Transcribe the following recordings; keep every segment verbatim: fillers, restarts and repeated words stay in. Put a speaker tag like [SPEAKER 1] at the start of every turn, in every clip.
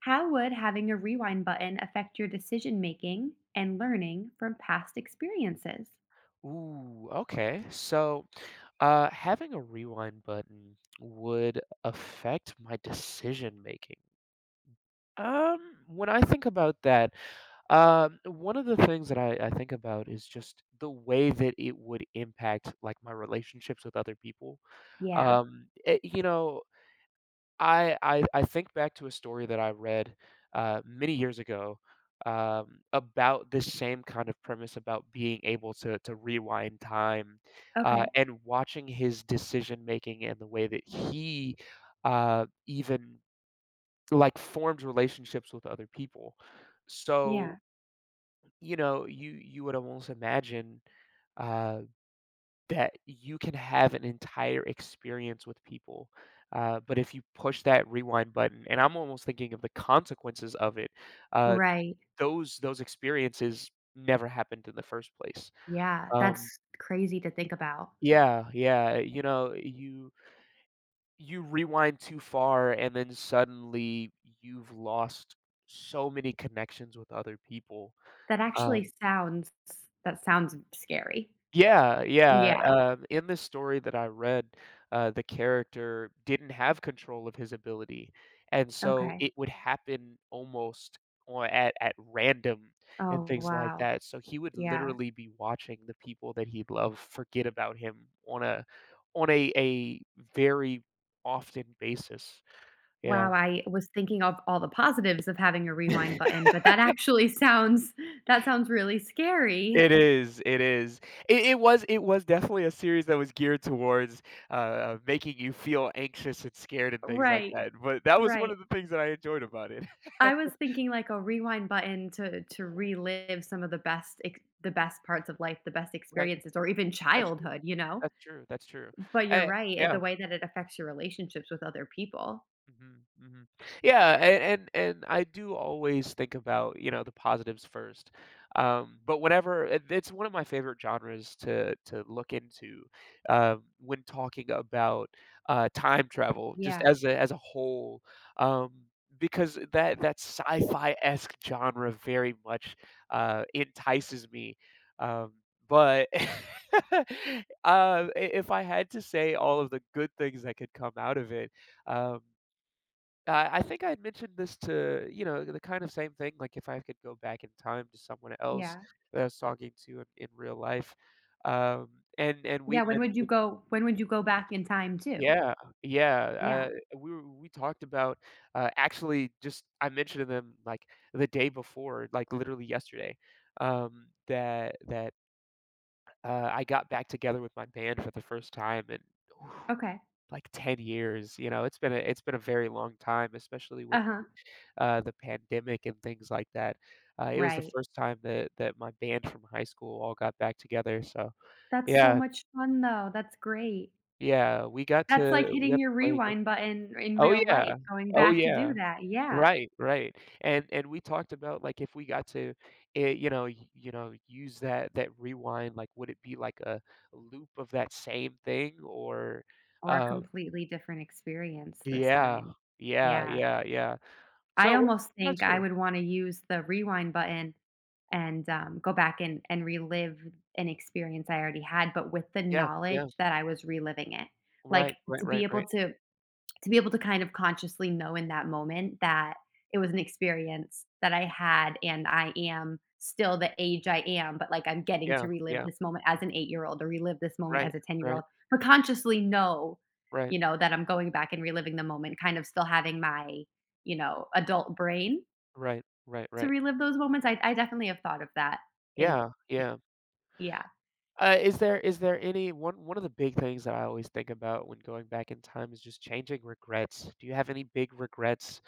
[SPEAKER 1] How would having a rewind button affect your decision making and learning from past experiences?
[SPEAKER 2] Ooh, okay. So, uh, having a rewind button would affect my decision making. Um, when I think about that, um, one of the things that I, I think about is just the way that it would impact like my relationships with other people.
[SPEAKER 1] Yeah.
[SPEAKER 2] Um, eh, you know, I I I think back to a story that I read, uh, many years ago, um, about this same kind of premise about being able to to rewind time, uh,
[SPEAKER 1] Okay.
[SPEAKER 2] and watching his decision making and the way that he, uh, even, like, formed relationships with other people. So,
[SPEAKER 1] Yeah.
[SPEAKER 2] you know, you you would almost imagine, uh that you can have an entire experience with people. Uh, but if you push that rewind button, and I'm almost thinking of the consequences of it, uh,
[SPEAKER 1] Right.
[SPEAKER 2] those those experiences never happened in the first place.
[SPEAKER 1] Yeah.
[SPEAKER 2] Um,
[SPEAKER 1] That's crazy to think about.
[SPEAKER 2] yeah, yeah, you know, you you rewind too far, and then suddenly you've lost so many connections with other people.
[SPEAKER 1] That actually
[SPEAKER 2] Um,
[SPEAKER 1] sounds that sounds scary.
[SPEAKER 2] Yeah, yeah,
[SPEAKER 1] Yeah.
[SPEAKER 2] um, in the story that I read, uh, the character didn't have control of his ability, and so
[SPEAKER 1] Okay.
[SPEAKER 2] it would happen almost or at at random and
[SPEAKER 1] Oh,
[SPEAKER 2] things like
[SPEAKER 1] wow.
[SPEAKER 2] that, so he would
[SPEAKER 1] Yeah.
[SPEAKER 2] literally be watching the people that he loved forget about him on a on a a very often basis, yeah.
[SPEAKER 1] Wow, I was thinking of all the positives of having a rewind button, but that actually sounds that sounds really
[SPEAKER 2] It
[SPEAKER 1] scary.
[SPEAKER 2] is, it is. It it was it was definitely a series that was geared towards, uh, uh, making you feel anxious and scared and things like
[SPEAKER 1] Right.
[SPEAKER 2] that, but that was one
[SPEAKER 1] Right.
[SPEAKER 2] of the things that I enjoyed about it.
[SPEAKER 1] I was thinking like a rewind button to to relive some of the best ex the best parts of life, the best
[SPEAKER 2] Right,
[SPEAKER 1] experiences, or even
[SPEAKER 2] that's true.
[SPEAKER 1] childhood, you know?
[SPEAKER 2] That's true, that's true.
[SPEAKER 1] But you're
[SPEAKER 2] Eh
[SPEAKER 1] right, eh,
[SPEAKER 2] yeah.
[SPEAKER 1] the way that it affects your relationships with other people.
[SPEAKER 2] Mhm, mhm. Yeah, and and and I do always think about, you know, the positives first. Um, but whenever it it's one of my favorite genres to to look into, um, when talking about, uh, time travel, just
[SPEAKER 1] Yeah,
[SPEAKER 2] as a as a whole, um, because that that sci-fi-esque genre very much, uh, entices me. Um, but, uh, I if I had to say all of the good things that could come out of it, um uh, I think I had mentioned this to you know, the kind of same thing, like, if I could go back in time to someone else
[SPEAKER 1] yeah.
[SPEAKER 2] that I was talking to in in real life, um, and and we
[SPEAKER 1] Yeah, when would you
[SPEAKER 2] mentioned
[SPEAKER 1] go when would you go back in time too?
[SPEAKER 2] Yeah,
[SPEAKER 1] Yeah,
[SPEAKER 2] yeah, uh, we were we talked about, uh, actually just I mentioned to them, like, the day before, like, literally yesterday, um, that that, uh, I got back together with my band for the first time in, whew,
[SPEAKER 1] okay.
[SPEAKER 2] like, ten years, you know, it's been a it's been a very long time, especially with
[SPEAKER 1] Uh-huh,
[SPEAKER 2] uh, the pandemic and things like that. Uh, it was the
[SPEAKER 1] right.
[SPEAKER 2] first time that that my band from high school all got back together, so
[SPEAKER 1] That's so
[SPEAKER 2] yeah,
[SPEAKER 1] much fun though, that's great.
[SPEAKER 2] yeah, we got
[SPEAKER 1] That's like
[SPEAKER 2] to we
[SPEAKER 1] hitting
[SPEAKER 2] got to
[SPEAKER 1] your
[SPEAKER 2] play again.
[SPEAKER 1] rewind button in
[SPEAKER 2] Oh,
[SPEAKER 1] real
[SPEAKER 2] yeah.
[SPEAKER 1] life, going
[SPEAKER 2] Oh,
[SPEAKER 1] back to do
[SPEAKER 2] yeah.
[SPEAKER 1] that, yeah.
[SPEAKER 2] Right, right, and and we talked about, like, if we got to, eh, you know, y you know, use that that rewind, like, would it be like a loop of that same thing or,
[SPEAKER 1] Or a
[SPEAKER 2] um
[SPEAKER 1] completely different experience this
[SPEAKER 2] Yeah,
[SPEAKER 1] time.
[SPEAKER 2] yeah,
[SPEAKER 1] Yeah.
[SPEAKER 2] yeah, yeah.
[SPEAKER 1] I
[SPEAKER 2] So, what
[SPEAKER 1] almost
[SPEAKER 2] about
[SPEAKER 1] think I
[SPEAKER 2] you?
[SPEAKER 1] would wanna use the rewind button and, um, go back and and relive an experience I already had, but with the
[SPEAKER 2] Yeah,
[SPEAKER 1] knowledge
[SPEAKER 2] yeah.
[SPEAKER 1] that I was reliving it. Like,
[SPEAKER 2] Right, right,
[SPEAKER 1] to be
[SPEAKER 2] right,
[SPEAKER 1] able
[SPEAKER 2] right.
[SPEAKER 1] to to be able to kind of consciously know in that moment that it was an experience that I had and I am still the age I am, but, like, I'm getting
[SPEAKER 2] Yeah,
[SPEAKER 1] to relive
[SPEAKER 2] yeah.
[SPEAKER 1] this moment as an eight-year-old or relive this moment
[SPEAKER 2] Right,
[SPEAKER 1] as a
[SPEAKER 2] right,
[SPEAKER 1] ten-year-old, but consciously know,
[SPEAKER 2] right,
[SPEAKER 1] you know, that I'm going back and reliving the moment, kind of still having my, you know, adult brain
[SPEAKER 2] right, right,
[SPEAKER 1] to
[SPEAKER 2] right.
[SPEAKER 1] relive those moments. I I definitely have thought of that in
[SPEAKER 2] Yeah, yeah.
[SPEAKER 1] yeah.
[SPEAKER 2] Uh, is there is there any one one of the big things that I always think about when going back in time is just changing regrets. Do you have any big regrets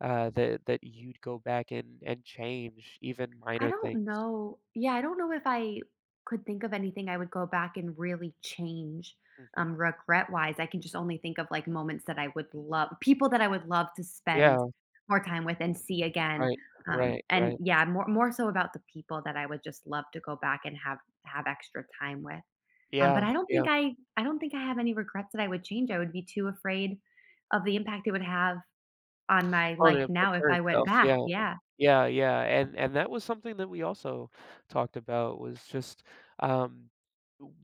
[SPEAKER 2] uh, that that you'd go back and and change, even
[SPEAKER 1] I
[SPEAKER 2] minor
[SPEAKER 1] don't
[SPEAKER 2] things?
[SPEAKER 1] know. Yeah, I don't know if I could think of anything I would go back and really change,
[SPEAKER 2] Mhm.
[SPEAKER 1] um, regret wise. I can just only think of like moments that I would love, people that I would love to spend
[SPEAKER 2] Yeah,
[SPEAKER 1] more time with and see again.
[SPEAKER 2] right,
[SPEAKER 1] Um,
[SPEAKER 2] right,
[SPEAKER 1] and
[SPEAKER 2] right.
[SPEAKER 1] yeah, more more so about the people that I would just love to go back and have have extra time with. Um, but
[SPEAKER 2] Yeah,
[SPEAKER 1] I don't think
[SPEAKER 2] yeah.
[SPEAKER 1] I I don't think I have any regrets that I would change. I would be too afraid of the impact it would have on my life
[SPEAKER 2] Only of the
[SPEAKER 1] now if
[SPEAKER 2] current
[SPEAKER 1] I went
[SPEAKER 2] self.
[SPEAKER 1] back.
[SPEAKER 2] Yeah.
[SPEAKER 1] Yeah,
[SPEAKER 2] Yeah, yeah, and and that was something that we also talked about was just, um,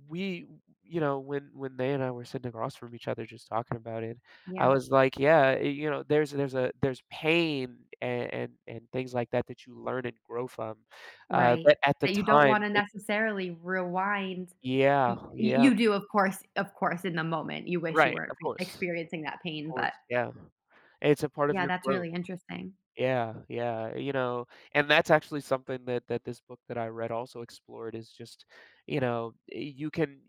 [SPEAKER 2] we you know, when when they and I were sitting across from each other just talking about it, I
[SPEAKER 1] yeah.
[SPEAKER 2] was like, "Yeah, eh, you know, there's there's a there's pain and and and things like that that you learn and grow from." Uh,
[SPEAKER 1] Right,
[SPEAKER 2] but at the
[SPEAKER 1] that you don't
[SPEAKER 2] time,
[SPEAKER 1] wanna
[SPEAKER 2] it
[SPEAKER 1] necessarily rewind
[SPEAKER 2] Yeah,
[SPEAKER 1] y
[SPEAKER 2] yeah.
[SPEAKER 1] you do, of course of course, in the moment, you wish you
[SPEAKER 2] Right,
[SPEAKER 1] weren't
[SPEAKER 2] of
[SPEAKER 1] p
[SPEAKER 2] course, of
[SPEAKER 1] experiencing that pain, but
[SPEAKER 2] course, yeah. It's a part of
[SPEAKER 1] yeah,
[SPEAKER 2] your
[SPEAKER 1] that's
[SPEAKER 2] growth.
[SPEAKER 1] really interesting.
[SPEAKER 2] Yeah, yeah, you know, and that's actually something that that this book that I read also explored is just, you know, eh, you can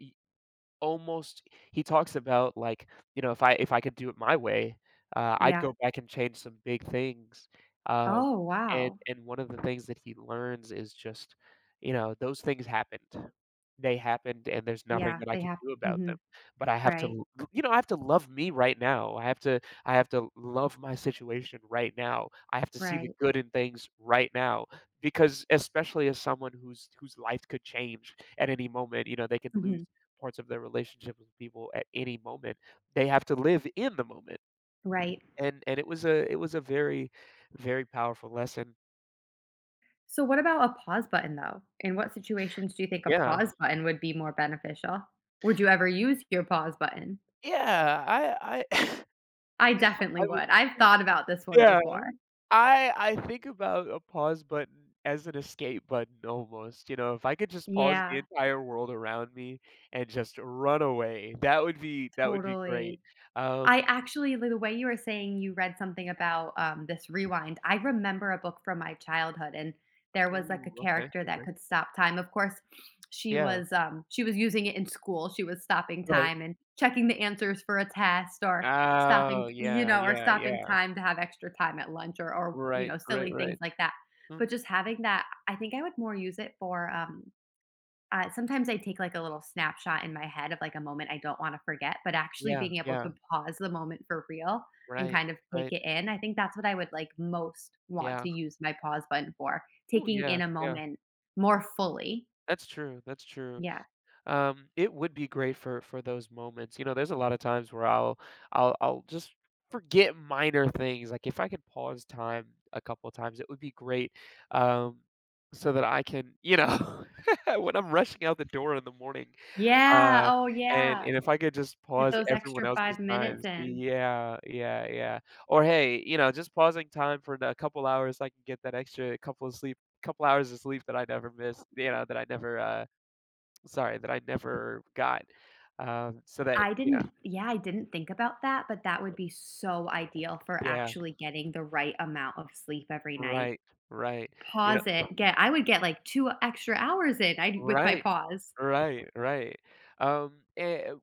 [SPEAKER 2] Almost he talks about, like, you know, if I if I could do it my way, uh, I'd
[SPEAKER 1] Yeah.
[SPEAKER 2] go back and change some big things, uh,
[SPEAKER 1] Oh,
[SPEAKER 2] and
[SPEAKER 1] wow.
[SPEAKER 2] and one of the things that he learns is just, you know, those things happened. They happened, and there's nothing
[SPEAKER 1] Yeah,
[SPEAKER 2] that I
[SPEAKER 1] they
[SPEAKER 2] can
[SPEAKER 1] have
[SPEAKER 2] do about them,
[SPEAKER 1] mhm,
[SPEAKER 2] but I have to
[SPEAKER 1] right,
[SPEAKER 2] l you know, I have to love me right now. I have to I have to love my situation right now. I have to see the
[SPEAKER 1] right,
[SPEAKER 2] good in things right now because especially as someone whose whose life could change at any moment, you know, they could lose
[SPEAKER 1] mhm,
[SPEAKER 2] parts of their relationship with people at any moment. They have to live in the moment.
[SPEAKER 1] right.
[SPEAKER 2] And and it was a it was a very, very powerful lesson.
[SPEAKER 1] So what about a pause button, though? In what situations do you think a
[SPEAKER 2] Yeah.
[SPEAKER 1] pause button would be more beneficial? Would you ever use your pause button?
[SPEAKER 2] Yeah, I I
[SPEAKER 1] I definitely
[SPEAKER 2] I would
[SPEAKER 1] would. I've thought about this one
[SPEAKER 2] Yeah.
[SPEAKER 1] before.
[SPEAKER 2] I I think about a pause button as an escape button almost, you know, if I could just pause the
[SPEAKER 1] Yeah,
[SPEAKER 2] entire world around me and just run away, that would be that would be
[SPEAKER 1] totally.
[SPEAKER 2] great.
[SPEAKER 1] I
[SPEAKER 2] Um,
[SPEAKER 1] actually like, the way you were saying you read something about, um, this rewind, I remember a book from my childhood, and there was, like, a
[SPEAKER 2] ooh, okay,
[SPEAKER 1] character that
[SPEAKER 2] okay.
[SPEAKER 1] could stop time. Of course, she
[SPEAKER 2] Yeah,
[SPEAKER 1] was, um, she was using it in school. She was stopping
[SPEAKER 2] right.
[SPEAKER 1] time and checking the answers for a test or
[SPEAKER 2] Oh,
[SPEAKER 1] stopping you
[SPEAKER 2] yeah,
[SPEAKER 1] know, or
[SPEAKER 2] yeah,
[SPEAKER 1] stopping
[SPEAKER 2] yeah.
[SPEAKER 1] time to have extra time at lunch or or, you
[SPEAKER 2] Right,
[SPEAKER 1] know,
[SPEAKER 2] right,
[SPEAKER 1] silly things
[SPEAKER 2] right.
[SPEAKER 1] like that. But
[SPEAKER 2] Mhm.
[SPEAKER 1] just having that I think I would more use it for, um, uh, sometimes I take, like, a little snapshot in my head of, like, a moment I don't wanna forget, but actually
[SPEAKER 2] Yeah,
[SPEAKER 1] being able
[SPEAKER 2] yeah,
[SPEAKER 1] to pause the moment for real and
[SPEAKER 2] right,
[SPEAKER 1] kind of take
[SPEAKER 2] right,
[SPEAKER 1] it in, I think that's what I would, like, most want
[SPEAKER 2] yeah.
[SPEAKER 1] to use my pause button for,
[SPEAKER 2] Oh.
[SPEAKER 1] taking
[SPEAKER 2] yeah,
[SPEAKER 1] in a
[SPEAKER 2] yeah,
[SPEAKER 1] moment more fully.
[SPEAKER 2] that's true, that's true.
[SPEAKER 1] Yeah.
[SPEAKER 2] Um, it would be great for for those moments. You know, there's a lot of times where I'll I'll I'll just forget minor things. Like if I could pause time a couple of times, it would be great. Um, so that I can, you know, when I'm rushing out the door in the morning,
[SPEAKER 1] Yeah,
[SPEAKER 2] Uh,
[SPEAKER 1] oh,
[SPEAKER 2] and
[SPEAKER 1] yeah.
[SPEAKER 2] and if I could just
[SPEAKER 1] Get
[SPEAKER 2] pause
[SPEAKER 1] those
[SPEAKER 2] everyone
[SPEAKER 1] extra
[SPEAKER 2] else's
[SPEAKER 1] five minutes
[SPEAKER 2] times
[SPEAKER 1] in.
[SPEAKER 2] yeah, yeah, yeah. Or, hey, you know, just pausing time for a couple hours, I can get that extra couple of sleep couple hours of sleep that I never missed, you know, that I never, uh sorry, that I never got. Um, so that,
[SPEAKER 1] I
[SPEAKER 2] you know
[SPEAKER 1] didn't Yeah, I didn't think about that, but that would be so ideal for
[SPEAKER 2] yeah,
[SPEAKER 1] actually getting the right amount of sleep every night.
[SPEAKER 2] right, right, you know
[SPEAKER 1] Pause it, get I would get, like, two extra hours in, I with my
[SPEAKER 2] right,
[SPEAKER 1] pause.
[SPEAKER 2] right, right. Um, eh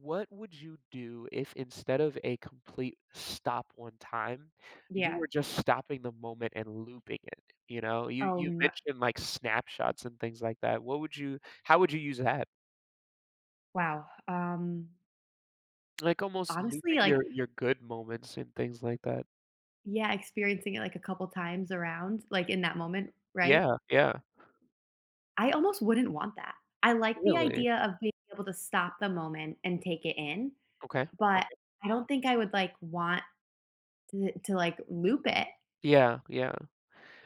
[SPEAKER 2] What would you do if instead of a complete stop one time, you
[SPEAKER 1] Yeah.
[SPEAKER 2] were just stopping the moment and looping it? You know, you
[SPEAKER 1] Oh,
[SPEAKER 2] you
[SPEAKER 1] no
[SPEAKER 2] mentioned like snapshots and things like that. What would you how would you use that?
[SPEAKER 1] wow. Um,
[SPEAKER 2] Like almost
[SPEAKER 1] honestly,
[SPEAKER 2] looping
[SPEAKER 1] like
[SPEAKER 2] your your good moments and things like that.
[SPEAKER 1] yeah, experiencing it, like, a couple times around, like, in that moment, right?
[SPEAKER 2] Yeah, yeah.
[SPEAKER 1] I almost wouldn't want that. I like the
[SPEAKER 2] Really?
[SPEAKER 1] idea of being able to stop the moment and take it in,
[SPEAKER 2] Okay.
[SPEAKER 1] but
[SPEAKER 2] Okay.
[SPEAKER 1] I don't think I would, like, want to to, like, loop it.
[SPEAKER 2] Yeah, yeah.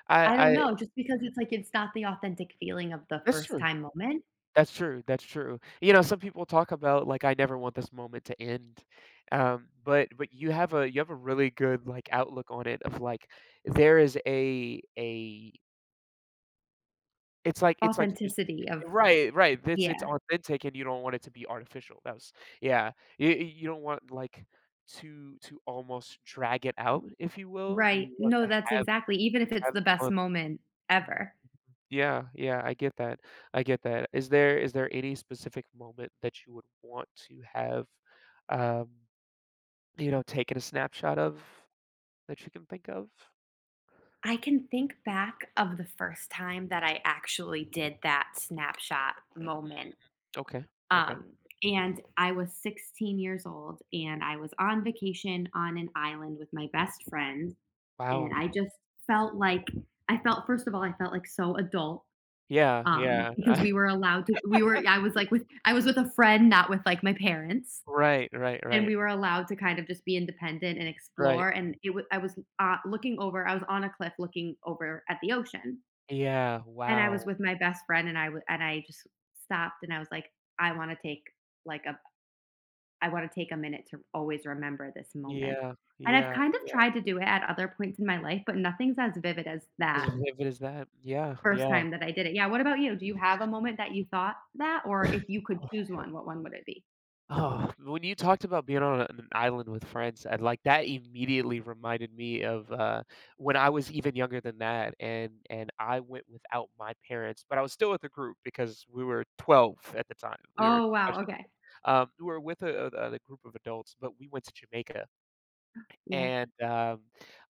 [SPEAKER 2] I
[SPEAKER 1] I don't
[SPEAKER 2] I
[SPEAKER 1] know, just because it's like it's not the authentic feeling of the
[SPEAKER 2] that's
[SPEAKER 1] first
[SPEAKER 2] true.
[SPEAKER 1] time moment.
[SPEAKER 2] That's true, that's true. You know, some people talk about like, "I never want this moment to end," um, but but you have a you have a really good, like, outlook on it of, like, there is a a it's like it's like you
[SPEAKER 1] Authenticity of
[SPEAKER 2] Right, right, it's it's
[SPEAKER 1] yeah,
[SPEAKER 2] authentic and you don't want it to be artificial, that was yeah, you you don't want, like, to to almost drag it out, if you will, you
[SPEAKER 1] right.
[SPEAKER 2] want
[SPEAKER 1] No,
[SPEAKER 2] to
[SPEAKER 1] that's
[SPEAKER 2] have
[SPEAKER 1] exactly even if it's
[SPEAKER 2] have
[SPEAKER 1] the
[SPEAKER 2] the
[SPEAKER 1] best
[SPEAKER 2] fun.
[SPEAKER 1] moment
[SPEAKER 2] Mm.
[SPEAKER 1] ever.
[SPEAKER 2] Yeah, yeah, I get that. I get that. Is there is there any specific moment that you would want to have, um, you know, taken a snapshot of that you can think of?
[SPEAKER 1] I can think back of the first time that I actually did that snapshot
[SPEAKER 2] Mm,
[SPEAKER 1] moment,
[SPEAKER 2] Okay. Okay.
[SPEAKER 1] um, and I was sixteen years old, and I was on vacation on an island with my best friend, and
[SPEAKER 2] Wow.
[SPEAKER 1] I just felt like I felt first of all, I felt like so adult,
[SPEAKER 2] Yeah,
[SPEAKER 1] um,
[SPEAKER 2] yeah.
[SPEAKER 1] because we were allowed to we were I was like with I was with a friend, not with like my parents,
[SPEAKER 2] right, right,
[SPEAKER 1] and
[SPEAKER 2] right,
[SPEAKER 1] we were allowed to kind of just be independent and
[SPEAKER 2] right.
[SPEAKER 1] explore, and it was I was, uh, looking over I was on a cliff looking over at the ocean,
[SPEAKER 2] Yeah,
[SPEAKER 1] and I was
[SPEAKER 2] wow.
[SPEAKER 1] with my best friend, and I w and I just stopped, and I was like, "I wanna take, like, a I wanna take a minute to always remember this moment."
[SPEAKER 2] Yeah,
[SPEAKER 1] And I've
[SPEAKER 2] yeah,
[SPEAKER 1] kind of
[SPEAKER 2] yeah.
[SPEAKER 1] tried to do it at other points in my life, but nothing's as vivid as
[SPEAKER 2] As
[SPEAKER 1] that.
[SPEAKER 2] vivid as that. Yeah,
[SPEAKER 1] First
[SPEAKER 2] yeah.
[SPEAKER 1] time that I did it. Yeah, what about you? Do you have a moment that you thought that? Or if you could choose one, what one would it be?
[SPEAKER 2] Oh, when you talked about being on an island with friends, and like that immediately reminded me of uh, when I was even younger than that, and and I went without my parents, but I was still with a group because we were twelve at the time. We were
[SPEAKER 1] Oh, wow,
[SPEAKER 2] much younger.
[SPEAKER 1] okay.
[SPEAKER 2] Um, we were with a, a, a group of adults, but we went to Jamaica,
[SPEAKER 1] Yeah.
[SPEAKER 2] and um,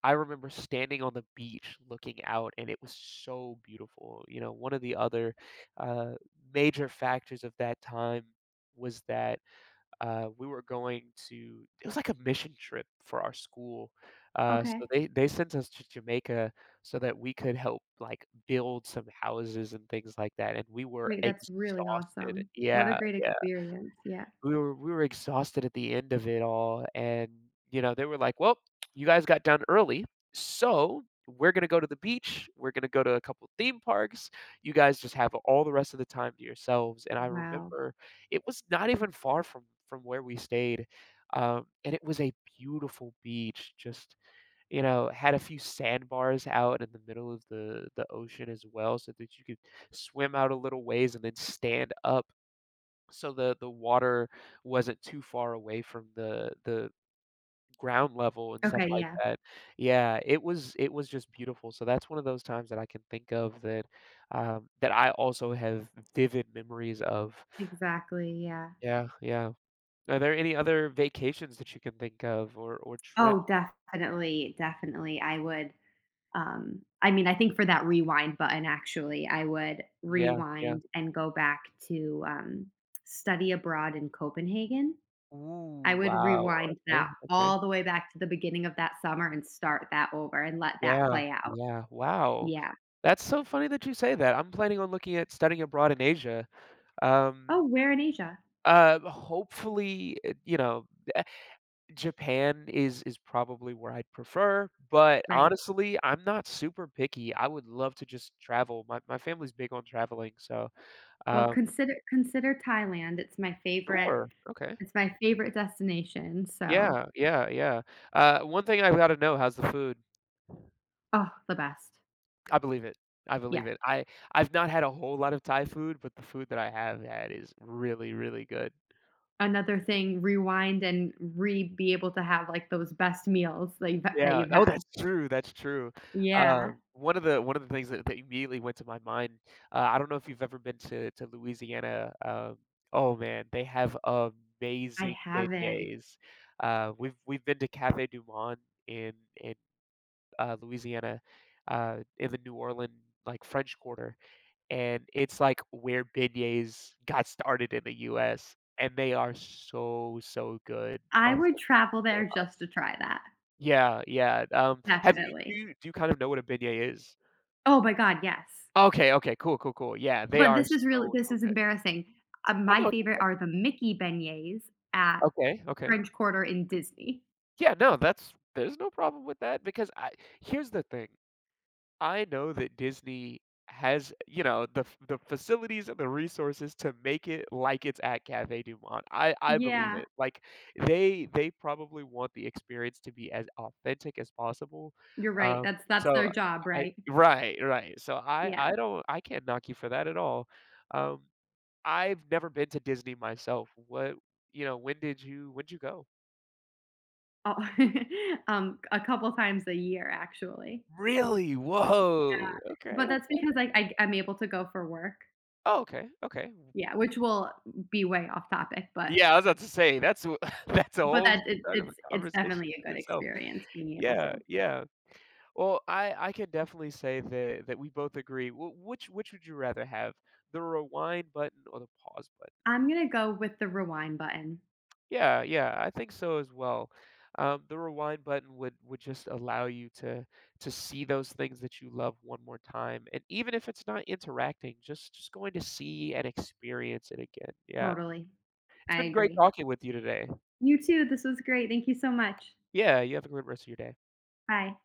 [SPEAKER 2] I remember standing on the beach looking out, and it was so beautiful. You know, one of the other uh, major factors of that time was that. Uh, we were going to it was like a mission trip for our school. Uh,
[SPEAKER 1] Okay.
[SPEAKER 2] so they they sent us to Jamaica so that we could help like build some houses and things like that, and we were
[SPEAKER 1] Wait, that's really
[SPEAKER 2] exhausted.
[SPEAKER 1] awesome. What a
[SPEAKER 2] Yeah,
[SPEAKER 1] great
[SPEAKER 2] yeah
[SPEAKER 1] experience. Yeah.
[SPEAKER 2] we were we were exhausted at the end of it all, and, you know, they were like, "Well, you guys got done early, so we're gonna go to the beach, we're gonna go to a couple theme parks, you guys just have all the rest of the time to yourselves," and I
[SPEAKER 1] Wow.
[SPEAKER 2] remember it was not even far from from where we stayed, um, and it was a beautiful beach, just, you know, had a few sandbars out in the middle of the the ocean as well so that you could swim out a little ways and then stand up so the the water wasn't too far away from the the ground level and stuff
[SPEAKER 1] Okay,
[SPEAKER 2] like
[SPEAKER 1] yeah.
[SPEAKER 2] that. Yeah, it was it was just beautiful. So that's one of those times that I can think of that um, that I also have vivid memories of.
[SPEAKER 1] Exactly, yeah.
[SPEAKER 2] Yeah, yeah. Are there any other vacations that you can think of or or trips?
[SPEAKER 1] Oh, definitely, definitely. I would, um I mean, I think for that rewind button, actually, I would
[SPEAKER 2] Yeah, yeah.
[SPEAKER 1] rewind and go back to, um, study abroad in Copenhagen. I
[SPEAKER 2] Ooh,
[SPEAKER 1] would
[SPEAKER 2] wow.
[SPEAKER 1] rewind that
[SPEAKER 2] Okay, okay.
[SPEAKER 1] all the way back to the beginning of that summer and start that over and let that
[SPEAKER 2] Yeah,
[SPEAKER 1] play out.
[SPEAKER 2] yeah. Wow.
[SPEAKER 1] Yeah.
[SPEAKER 2] That's so funny that you say that. I'm planning on looking at studying abroad in Asia. Um,
[SPEAKER 1] Oh, where in Asia?
[SPEAKER 2] Uh, hopefully, uh, you know, eh, Japan is is probably where I'd prefer, but
[SPEAKER 1] Right.
[SPEAKER 2] honestly, I'm not super picky. I would love to just travel. My my family's big on traveling, so,
[SPEAKER 1] Well,
[SPEAKER 2] um
[SPEAKER 1] consider consider Thailand. It's my favorite
[SPEAKER 2] Sure, okay.
[SPEAKER 1] it's my favorite destination, so
[SPEAKER 2] Yeah, yeah, yeah. Uh, one thing I've gotta know, how's the food?
[SPEAKER 1] oh, the best.
[SPEAKER 2] I believe it. I
[SPEAKER 1] Yeah.
[SPEAKER 2] believe it. I I've not had a whole lot of Thai food, but the food that I have had is really, really good.
[SPEAKER 1] Another thing, rewind and re be able to have, like, those best meals that you've that
[SPEAKER 2] Yeah.
[SPEAKER 1] you've
[SPEAKER 2] Oh,
[SPEAKER 1] had.
[SPEAKER 2] that's true, that's true. Uh,
[SPEAKER 1] Yeah.
[SPEAKER 2] one of the one of the things that that immediately went to my mind, uh, I don't know if you've ever been to to Louisiana, um, oh, man, they have
[SPEAKER 1] I
[SPEAKER 2] amazing
[SPEAKER 1] haven't.
[SPEAKER 2] beignets. Uh, we've we've been to Café Du Monde in in, uh, Louisiana, uh, in the New Orleans, like, French Quarter, and it's, like, where beignets got started in the U S, and they are so, so good. My
[SPEAKER 1] I would travel there just to try that.
[SPEAKER 2] yeah, yeah, um, have you do
[SPEAKER 1] Definitely.
[SPEAKER 2] you do you kind of know what a beignet is?
[SPEAKER 1] Oh my god, yes.
[SPEAKER 2] Okay, okay, cool, cool, cool, yeah, they
[SPEAKER 1] But
[SPEAKER 2] are
[SPEAKER 1] this is really
[SPEAKER 2] so,
[SPEAKER 1] this
[SPEAKER 2] so
[SPEAKER 1] is
[SPEAKER 2] good.
[SPEAKER 1] embarrassing. Uh,
[SPEAKER 2] Oh,
[SPEAKER 1] my
[SPEAKER 2] no, it's no
[SPEAKER 1] favorite are
[SPEAKER 2] problem.
[SPEAKER 1] the Mickey beignets at
[SPEAKER 2] Okay, okay.
[SPEAKER 1] French Quarter in Disney.
[SPEAKER 2] Yeah, no, that's there's no problem with that because I here's the thing, I know that Disney has, you know, the f the facilities and the resources to make it like it's at Cafe Du Monde. I I believe Mhm.
[SPEAKER 1] Yeah,
[SPEAKER 2] it. Like, they they probably want the experience to be as authentic as possible.
[SPEAKER 1] you're right.
[SPEAKER 2] Um,
[SPEAKER 1] That's that's
[SPEAKER 2] so
[SPEAKER 1] their job,
[SPEAKER 2] I
[SPEAKER 1] right?
[SPEAKER 2] Right, right. So I
[SPEAKER 1] Yeah.
[SPEAKER 2] I don't I can't knock you for that at all. Um, I've never been to Disney myself. What you know, when did you when'd you go?
[SPEAKER 1] Oh, um, a couple times a year, actually.
[SPEAKER 2] Really?
[SPEAKER 1] Yeah,
[SPEAKER 2] Whoa.
[SPEAKER 1] but
[SPEAKER 2] Okay,
[SPEAKER 1] that's
[SPEAKER 2] okay.
[SPEAKER 1] because I I I'm able to go for work.
[SPEAKER 2] Oh, okay, okay.
[SPEAKER 1] Yeah, which will be way off topic, but
[SPEAKER 2] Yeah, I was about to say, that's w that's a
[SPEAKER 1] but
[SPEAKER 2] whole
[SPEAKER 1] that it,
[SPEAKER 2] side of a
[SPEAKER 1] it's it's
[SPEAKER 2] conversation
[SPEAKER 1] definitely a
[SPEAKER 2] in
[SPEAKER 1] good
[SPEAKER 2] itself.
[SPEAKER 1] experience being able
[SPEAKER 2] Yeah,
[SPEAKER 1] to.
[SPEAKER 2] yeah. Well, I I can definitely say that that we both agree. Wh which which would you rather have, the rewind button or the pause button?
[SPEAKER 1] I'm gonna go with the rewind button.
[SPEAKER 2] Yeah, yeah, I think so as well. Um, the rewind button would would just allow you to to see those things that you love one more time, and even if it's not interacting, just just going to see and experience it again. Yeah.
[SPEAKER 1] Totally,
[SPEAKER 2] It's
[SPEAKER 1] I
[SPEAKER 2] been great
[SPEAKER 1] agree.
[SPEAKER 2] talking with you today.
[SPEAKER 1] You too. This was great. Thank you so much.
[SPEAKER 2] Yeah, you have a great rest of your day.
[SPEAKER 1] Aye.